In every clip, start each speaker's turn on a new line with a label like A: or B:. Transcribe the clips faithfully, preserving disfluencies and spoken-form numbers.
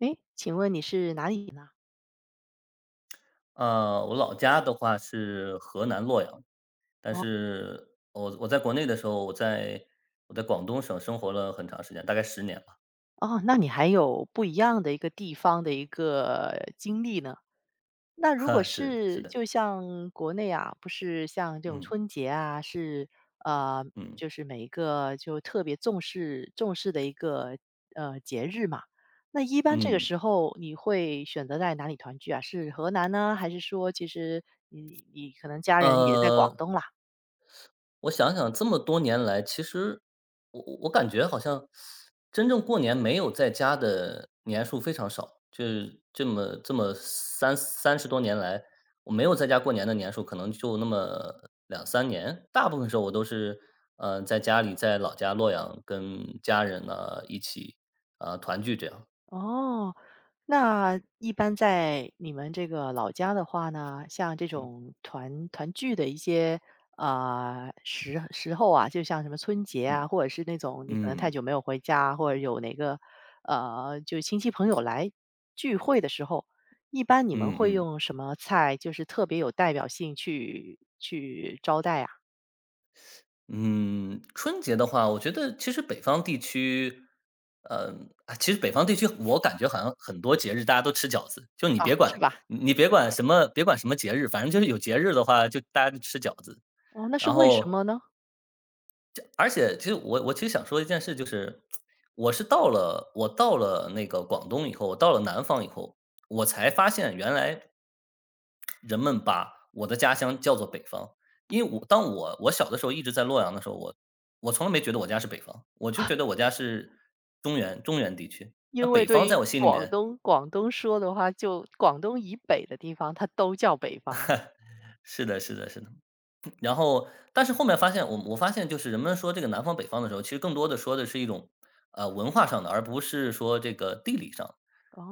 A: 诶，请问你是哪里人啊？
B: 呃，我老家的话是河南洛阳，但
A: 哦。
B: 是我我在国内的时候，我在我在广东省生活了很长时间，大概十年吧。
A: 哦，那你还有不一样的一个地方的一个经历呢。那如果
B: 哈，是的，是
A: 是
B: 的，
A: 就像国内啊，不是像这种
B: 嗯
A: 春节啊，是，呃，
B: 嗯
A: 就是每一个就特别重视重视的一个，呃，节日嘛。那一般这个
B: 嗯，
A: 时候你会选择在哪里团聚啊？是河南呢？还是说其实你你可能家人也在
B: 呃
A: 广东啦？
B: 我想想这么多年来，其实我我我感觉好像真正过年没有在家的年数非常少，就是这么这么三三十多年来，我没有在家过年的年数可能就那么两三年，大部分时候我都是，呃，在家里在老家洛阳跟家人呢一起，呃，团聚这样。
A: 哦。那一般在你们这个老家的话呢，像这
B: 嗯。
A: 种团团聚的一些啊、呃时时候啊，就像什么春节啊，
B: 嗯
A: 或者是那种你可能太
B: 嗯
A: 久没有回家，或者有哪个呃，就亲戚朋友来聚会的时候，一般你们
B: 嗯
A: 会
B: 嗯，
A: 用什么菜，就是特别有代表性去去招待啊？
B: 嗯，春节的话，我觉得其实北方地区，嗯啊，其实北方地区我感觉好像很多节日大家都吃饺子，就你
A: 啊，
B: 别管
A: 是吧？
B: 你别管什么别管什么节日，反正就是有节日的话，就大家就吃饺子。
A: 哦，那是
B: 然
A: 为什
B: 后，
A: 么呢？
B: 而且其实我我其实想说一件事，就是我是到了我到了那个广东以后，我到了南方以后，我才发现原来人们把我的家乡叫做北方，因为我当我我小的时候一直在洛阳的时候，我我从来没觉得我家是北方，我就觉得我家是中原中原地区。那
A: 因为
B: 北
A: 对
B: 方在
A: 于
B: 我心里
A: 广
B: 面
A: 东广东说的话，就广东以北的地方，它都叫北方。
B: 是的，是的，是的。然后，但是后面发现，我我发现就是人们说这个南方北方的时候，其实更多的说的是一种，呃，文化上的，而不是说这个地理上的。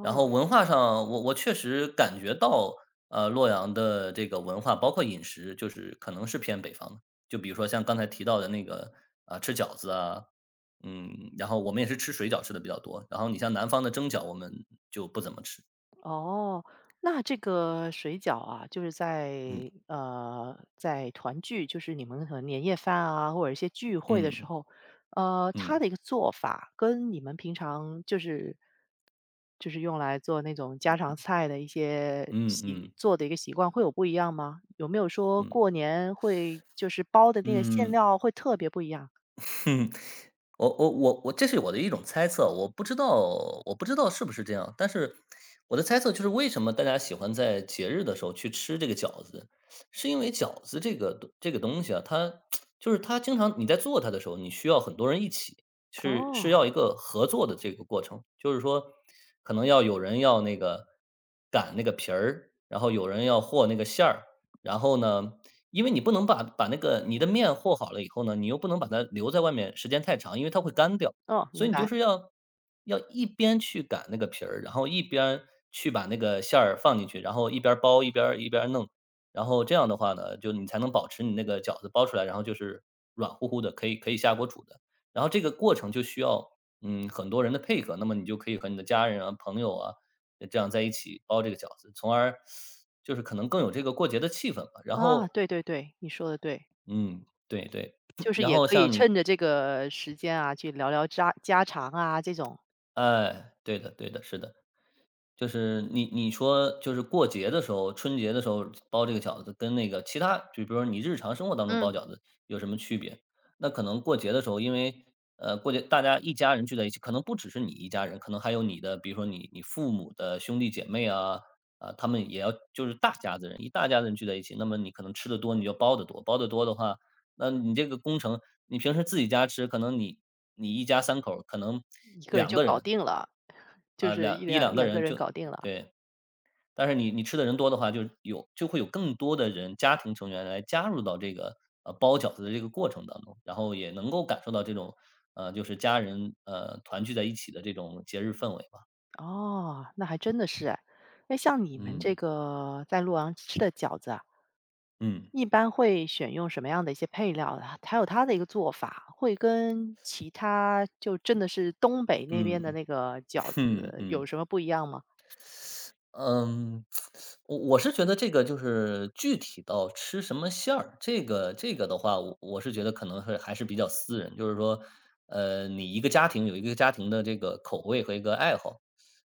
B: 然后文化上，我我确实感觉到，呃，洛阳的这个文化，包括饮食，就是可能是偏北方的。就比如说像刚才提到的那个，啊，吃饺子啊，嗯，然后我们也是吃水饺吃的比较多，然后你像南方的蒸饺，我们就不怎么吃。
A: 哦，那这个水饺啊，就是
B: 嗯，
A: 在呃，在团聚，就是你们可能年夜饭啊，或者一些聚会的时
B: 嗯，
A: 候，呃，它
B: 嗯，
A: 的一个做法跟你们平常就是就是用来做那种家常菜的一些
B: 嗯嗯
A: 习
B: 嗯，
A: 做的一个习惯会有不一样吗？有没有说
B: 嗯。
A: 过年会就是包的那个馅
B: 嗯
A: 料会特别不一样？
B: 我我我我这是我的一种猜测，我不知道我不知道是不是这样，但是我的猜测就是为什么大家喜欢在节日的时候去吃这个饺子，是因为饺子这个东这个东西啊，它就是它经常你在做它的时候，你需要很多人一起，是是
A: 哦。
B: 要一个合作的这个过程，就是说可能要有人要那个擀那个皮儿，然后有人要和那个馅儿，然后呢，因为你不能把把那个你的面和好了以后呢，你又不能把它留在外面时间太长，因为它会干掉。
A: 哦，
B: 所
A: 明
B: 以你就
A: 白。
B: 是要要一边去擀那个皮儿，然后一边儿去把那个馅儿放进去，然后一边儿包一边儿一边儿弄。然后这样的话呢，就你才能保持你那个饺子包出来，然后就是软乎乎的，可以可以下锅煮的。然后这个过程就需要，嗯，很多人的配合，那么你就可以和你的家人啊、朋友啊呃这样在一起包这个饺子，从而就是可能更有这个过节的气氛吧。然
A: 啊，
B: 后
A: 对对对，你说的对。
B: 嗯，对对，
A: 就 是
B: 然
A: 也
B: 后
A: 可以
B: 像你
A: 趁着这个时间啊，去聊聊家家常啊这种，
B: 哎，对的对的，是的。就是你你说就是过节的时候，春节的时候包这个饺子，跟那个其他，就比如说你日常生活当中包
A: 嗯。
B: 饺子有什么区别？那可能过节的时候，因为呃过节大家一家人聚在一起，可能不只是你一家人，可能还有你的，比如说你你父母的兄弟姐妹啊啊，他们也要就是大家子人，一大家子人聚在一起，那么你可能吃的多，你就包的多，包的多的话，那你这个工程，你平时自己家吃，可能你你一家三口儿可能
A: 一个人
B: 两
A: 就
B: 个
A: 搞
B: 人
A: 定了，就
B: 啊
A: 是
B: 两
A: 一
B: 一
A: 两
B: 两个
A: 两个
B: 人
A: 人
B: 就
A: 搞定了。
B: 对。但是你你吃的人多的话，就有就会有更多的人家庭成员来加入到这个，呃，包饺子的这个过程当中，然后也能够感受到这种，呃，就是家人，呃，团聚在一起的这种节日氛围吧。
A: 哦，那还真的是哎。那像你们这
B: 嗯，
A: 个在洛阳吃的饺子啊，
B: 嗯，
A: 一般会选用什么样的一些配料啊？还有它的一个做法，会跟其他就真的是东北那边的
B: 嗯，
A: 那个饺
B: 嗯，
A: 子有
B: 嗯。
A: 什么不一样吗？
B: 嗯，我我是觉得这个就是具体到吃什么馅儿，这个这个的话，我我是觉得可能是还是比较私人，就是说，呃，你一个家庭有一个家庭的这个口味和一个爱好，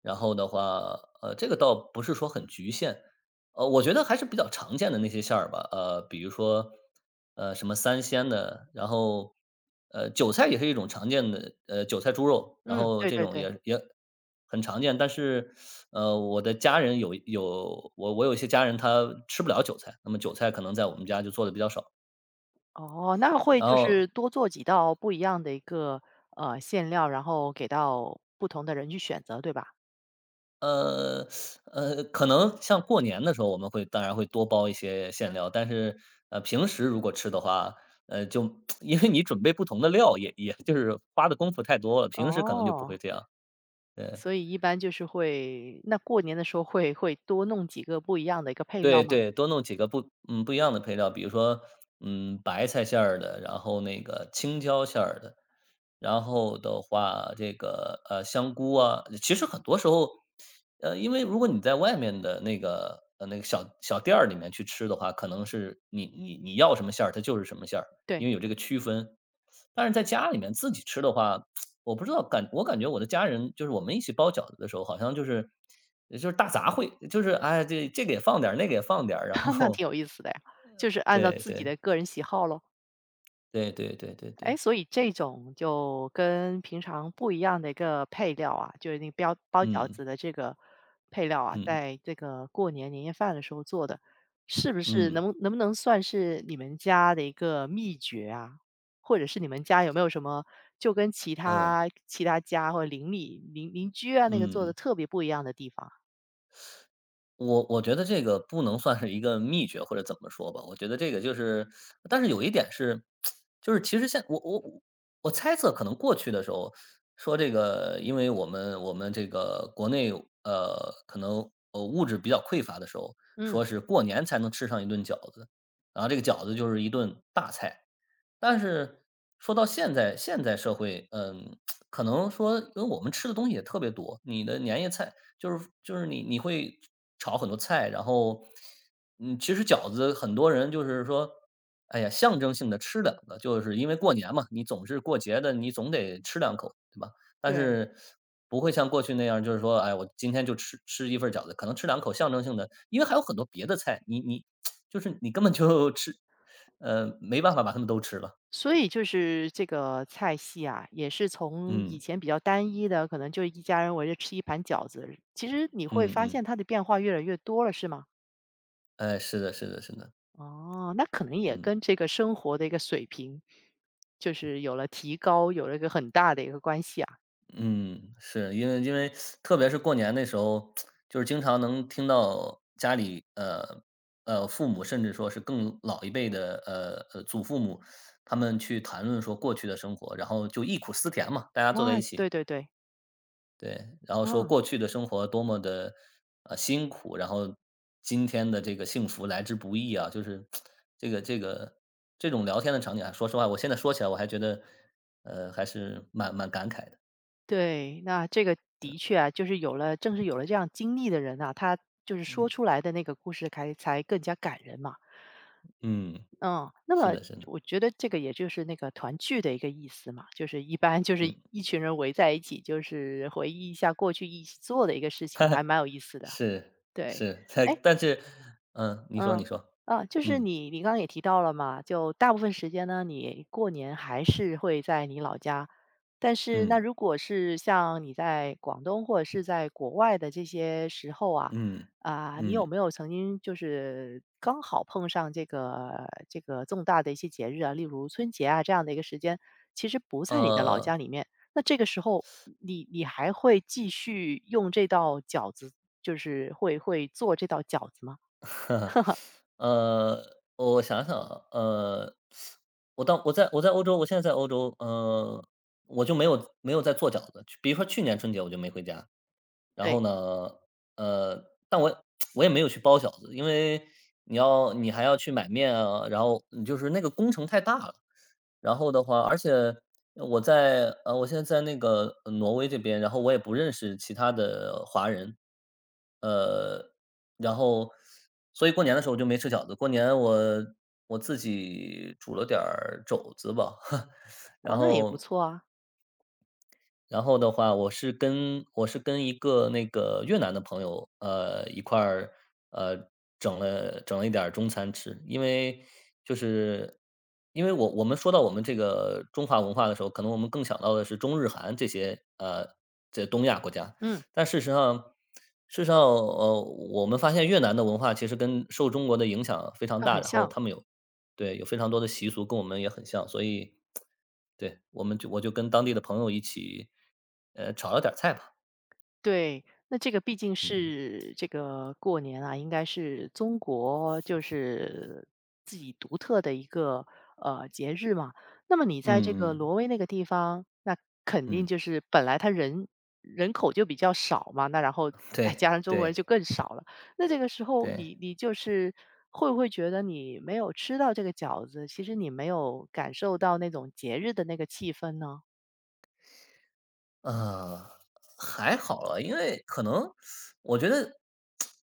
B: 然后的话，呃，这个倒不是说很局限，呃，我觉得还是比较常见的那些馅儿吧，呃，比如说，呃，什么三鲜的，然后，呃，韭菜也是一种常见的，呃，韭菜猪肉，然
A: 嗯，
B: 后
A: 对
B: 这
A: 对
B: 种
A: 对。
B: 也也很常见，但是呃，我的家人有有我我有一些家人他吃不了韭菜，那么韭菜可能在我们家就做的比较少。
A: 哦，那会
B: 然
A: 就是
B: 后，
A: 多做几道不一样的一个，呃，馅料，然后给到不同的人去选择，对吧？
B: 呃，呃，可能像过年的时候我们会当然会多包一些馅料，但是，呃，平时如果吃的话，呃，就 因为你准备不同的料也也就是花的功夫太多了，平时可能就不会
A: 哦，
B: 这样。对，
A: 所以一般就是会那过年的时候会会多弄几个不一样的一个配料
B: 对
A: 吗？
B: 对，多弄几个不嗯，不一样的配料，比如说，嗯，白菜馅儿的，然后那个青椒馅儿的，然后的话，这个，呃，香菇啊，其实很多时候，呃，因为如果你在外面的那个呃，那个小小店儿里面去吃的话，可能是你你你要什么馅儿，它就是什么馅儿，因
A: 对。
B: 为有这个区分。但是在家里面自己吃的话，我不知道感我感觉我的家人就是我们一起包饺子的时候，好像就是就是大杂烩，就是，哎，这这个也放点儿，那个也放点儿，然
A: 那
B: 后
A: 挺有意思的呀，就是 按照
B: 对
A: 自己
B: 对，
A: 的个人喜好咯。
B: 对对对对
A: 哎，
B: 对，
A: 所以这种就跟平常不一样的一个配料啊，就是那个包包饺
B: 嗯，
A: 子的这个配料啊，
B: 嗯，
A: 在这个过年年夜饭的时候做的，是不是
B: 嗯，
A: 能能不能算是你们家的一个秘诀啊？或者是你们家有没有什么就跟其
B: 嗯，
A: 他其他家或者邻里邻邻居啊那个
B: 嗯
A: 做的
B: 嗯。
A: 特别不一样的地方啊。
B: 我我觉得这个不能算是一个秘诀或者怎么说吧，我觉得这个就是但是有一点是，就是其实现我我我猜测可能过去的时候，说这个因为我们我们这个国内，呃，可能，呃，物质比较匮乏的时候，
A: 嗯，
B: 说是过年才能吃上一顿饺子，然后这个饺子就是一顿大菜。但是说到现在现在社会，嗯，可能说因为我们吃的东西也特别多，你的年夜菜就是就是你你会炒很多菜，然后，嗯，其实饺子很多人就是说，哎呀，象征性的吃两个，就是因为过年嘛，你总是过节的，你总得吃两口，对吧？但
A: 对。
B: 是不会像过去那样，就是说，哎，我今天就吃吃一份饺子，可能吃两口象征性的，因为还有很多别的菜，你你 就是你根本就吃呃，没办法把它们都吃了。
A: 所以就是这个菜系啊，也是从以
B: 嗯
A: 前比较单一的，可能就一家人围着吃一盘饺子，其实你会
B: 嗯
A: 发
B: 嗯，
A: 现它的变化越来越多了，是吗？
B: 哎，是的，是的，是的。
A: 哦，那可能也
B: 嗯
A: 跟这个生活的一个水平，就是有了提高，有了一个很大的一个关系啊。
B: 嗯，是因为因为特别是过年那时候，就是经常能听到家里呃呃父母，甚至说是更老一辈的呃呃祖父母，他们去谈论说过去的生活，然后就忆苦思甜嘛，大家坐在
A: 哇，
B: 一起，
A: 对对对。
B: 对，然后说
A: 嗯，
B: 过去的生活多么的呃，辛苦，然后今天的这个幸福来之不易啊，就是这个这个这种聊天的场景啊，说实话，我现在说起来我还觉得，呃，还是蛮蛮感慨的。
A: 对，那这个的确啊，就是有了，正是有了这样经历的人啊，他就是说
B: 嗯，
A: 出来的那个故事才才更加感人嘛。
B: 嗯，
A: 嗯。那
B: 是
A: 么
B: 的是的，
A: 我觉得这个也就是那个团聚的一个意思嘛，就是一般就
B: 嗯，
A: 是一群人围在一起，就是回忆一下过去一起做的一个事情，还 蛮有意思的。
B: 是，
A: 对。
B: 是，
A: 哎，
B: 但但是嗯，你说你
A: 嗯，
B: 说，
A: 啊，就是
B: 嗯，
A: 你你刚刚也提到了嘛，就大部分时间呢，你过年还是会在你老家。但是那
B: 嗯，
A: 如果是像你在广东或者是在国外的这些时候啊，
B: 嗯，
A: 啊，你有
B: 嗯，
A: 没有曾经就是刚好碰上这个这个重大的一些节日啊，例如春节啊这样的一个时间，其实不在你的老家
B: 呃
A: 里面，那这个时候你你还会继续用这道饺子，就是会会做这道饺子吗？
B: 呃，我想想啊，呃，我当我在我在欧洲，我现在在欧洲，呃，我就没有没有在做饺子。比如说去年春节我就没回家，然
A: 对。
B: 后呢，呃，但我 我也没有去包饺子，因为你要你还要去买面啊，然后你就是那个工程太大了。然后的话而且我在呃，我现在在那个呃挪威这边，然后我也不认识其他的呃华人。呃，然后所以过年的时候我就没吃饺子，过年我我自己煮了点儿肘子吧，然
A: 哦，那也不
B: 后
A: 错啊。
B: 然后的话，我是跟我是跟一个那个越南的朋友，呃，一块儿，呃，整了整了一点儿中餐吃。因为就是因为我我们说到我们这个中华文化的时候，可能我们更想到的是中日韩这些，呃，这东亚国家。
A: 嗯，
B: 但事实上事实上，呃，我们发现越南的文化其实跟受中国的影响非常
A: 那
B: 大，
A: 很
B: 然后
A: 像。
B: 他们有对，有非常多的习俗跟我们也很像，所以对，我们就我就跟当地的朋友一起，呃，炒了点儿菜吧，
A: 对，那这个毕竟
B: 嗯。
A: 是这个过年啊，应该是中国就是自己独特的一个呃节日嘛。那么你
B: 嗯
A: 在这个
B: 嗯
A: 挪威那个地方，那肯定
B: 嗯。
A: 就是本来他人人口就比较少嘛，那然后再加
B: 对
A: 上中国人
B: 对
A: 就更少了。那这个时候
B: 对。
A: 你你就是会不会觉得你没有吃到这个饺子，其实你没有感受到那种节日的那个气氛呢？
B: 呃，还好了，因为可能我觉得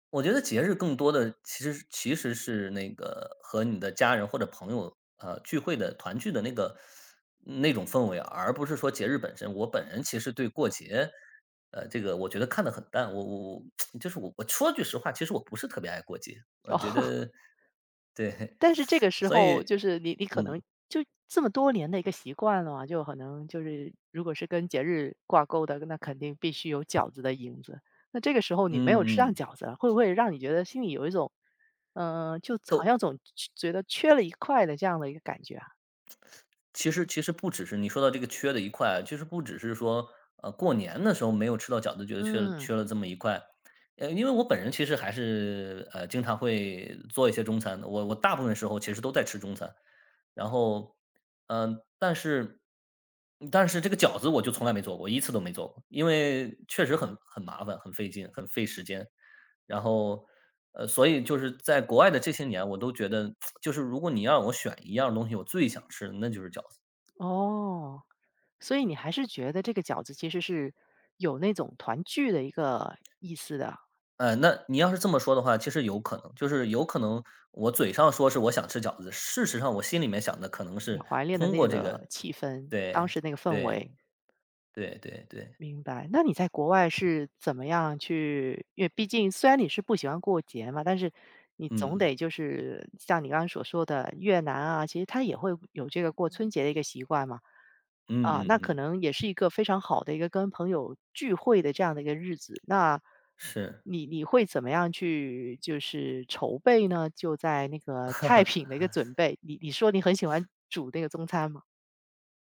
B: 我觉得节日更多的其实其实是那个和你的家人或者朋友，呃，聚会的团聚的那个那种氛围，而不是说节日本身。我本人其实对过节，呃，这个我觉得看得很淡。我我我 就是我我说句实话，其实我不是特别爱过节，我 觉
A: 哦。
B: 得对，
A: 但是这个 时
B: 所
A: 候
B: 以
A: 就是你你可
B: 嗯
A: 能就这么多年的一个习惯了嘛，就可能就是如果是跟节日挂钩的，那肯定必须有饺子的影子。那这个时候你没有吃
B: 嗯
A: 上
B: 嗯，
A: 饺子，会不会让你觉得心里有一种，嗯，就好像
B: 都
A: 总缺觉得缺了一块的这样的一个感觉啊？
B: 其实其实不只是你说到这个缺的一块，其实不只是说，呃，过年的时候没有吃到饺子，觉得缺了
A: 嗯。
B: 缺了这么一块。呃，因为我本人其实还是，呃，经常会做一些中餐的，我我大部分时候其实都在吃中餐。然后，嗯，但是但是这个饺子我就从来没做过，一次都没做过，因为确实很很麻烦，很费劲，很费时间。然后，呃，所以就是在国外的这些年，我都觉得 就是如果你要让我选一样东西，我最想吃的那就是饺子。
A: 哦，所以你还是觉得这个饺子其实是有那种团聚的一个意思的，
B: 呃，那你要是这么说的话，其实有可能，就是有可能我嘴上说是我想吃饺子，事实上我心里面想的可能
A: 你
B: 是
A: 怀念的
B: 通
A: 那
B: 过这
A: 个
B: 个
A: 气氛，当
B: 对，
A: 时那个氛
B: 对，
A: 围。
B: 对对对，
A: 明白。那你在国外是怎么样去因为毕竟虽然你是不喜欢过节嘛，但是你总
B: 嗯，
A: 得就是像你刚刚所说的越南啊，其实他也会有这个过春节的一个习惯嘛。
B: 嗯
A: 啊，那
B: 嗯
A: 可
B: 嗯，
A: 能也是一个非常好的一个跟朋友聚会的这样的一个日子。那
B: 是。
A: 你你会怎么样去就是筹备呢？就在那个菜品的一个 准备，你你说你很喜欢煮那个中餐嘛？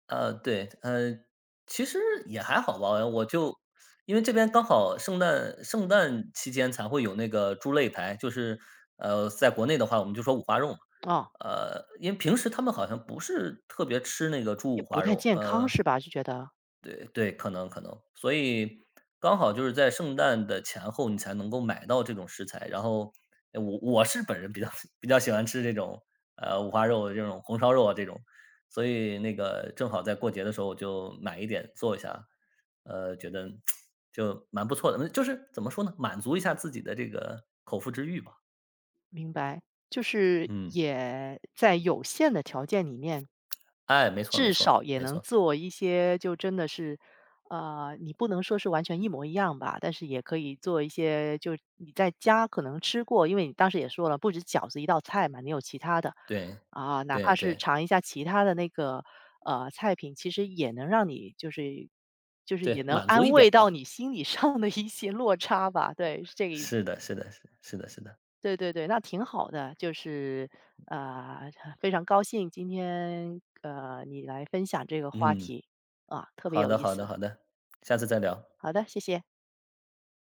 B: 呃，对，呃，其实也还好吧，我就因为这边刚好圣诞圣诞期间才会有那个猪肋排，就是呃，在国内的话我们就说五花肉嘛，
A: 啊，
B: 呃，因为平时他们好像不是特别吃那个猪
A: 也
B: 五
A: 不
B: 花
A: 太
B: 肉，
A: 健康
B: 呃
A: 是吧？就觉得？
B: 对对，可能可能，所以刚好就是在圣诞的前后，你才能够买到这种食材。然后，呃我我是本人比较 比较喜欢吃这种呃五花肉、这种红烧肉啊这种，所以那个正好在过节的时候我就买一点做一下，呃，觉得就蛮不错的，嗯就是怎么说呢，满足一下自己的这个口腹之欲吧。
A: 明白，就是
B: 嗯，
A: 也在有限的条件里面，
B: 哎，没错没
A: 至
B: 错
A: 少也
B: 没
A: 能
B: 错，
A: 做一些，就真的是，呃，你不能说是完全一模一样吧，但是也可以做一些，就你在家可能吃过，因为你当时也说了，不止饺子一道菜嘛，你有其他的
B: 对
A: 啊，哪怕
B: 对
A: 是
B: 对
A: 尝一下其他的那个呃菜品，其实也能让你就是就是也
B: 对，
A: 能
B: 满足
A: 安
B: 一点
A: 慰
B: 吧。
A: 到你心理上的一些落差吧，对，是这个意思。
B: 是的，是的，是是的，是的，
A: 对对对，那挺好的，就是，呃，非常高兴今天，呃，你来分享这个话
B: 嗯。
A: 题，啊，特别
B: 好
A: 有
B: 的，
A: 意
B: 好的，
A: 思。
B: 好的，下次再聊。
A: 好的，谢谢。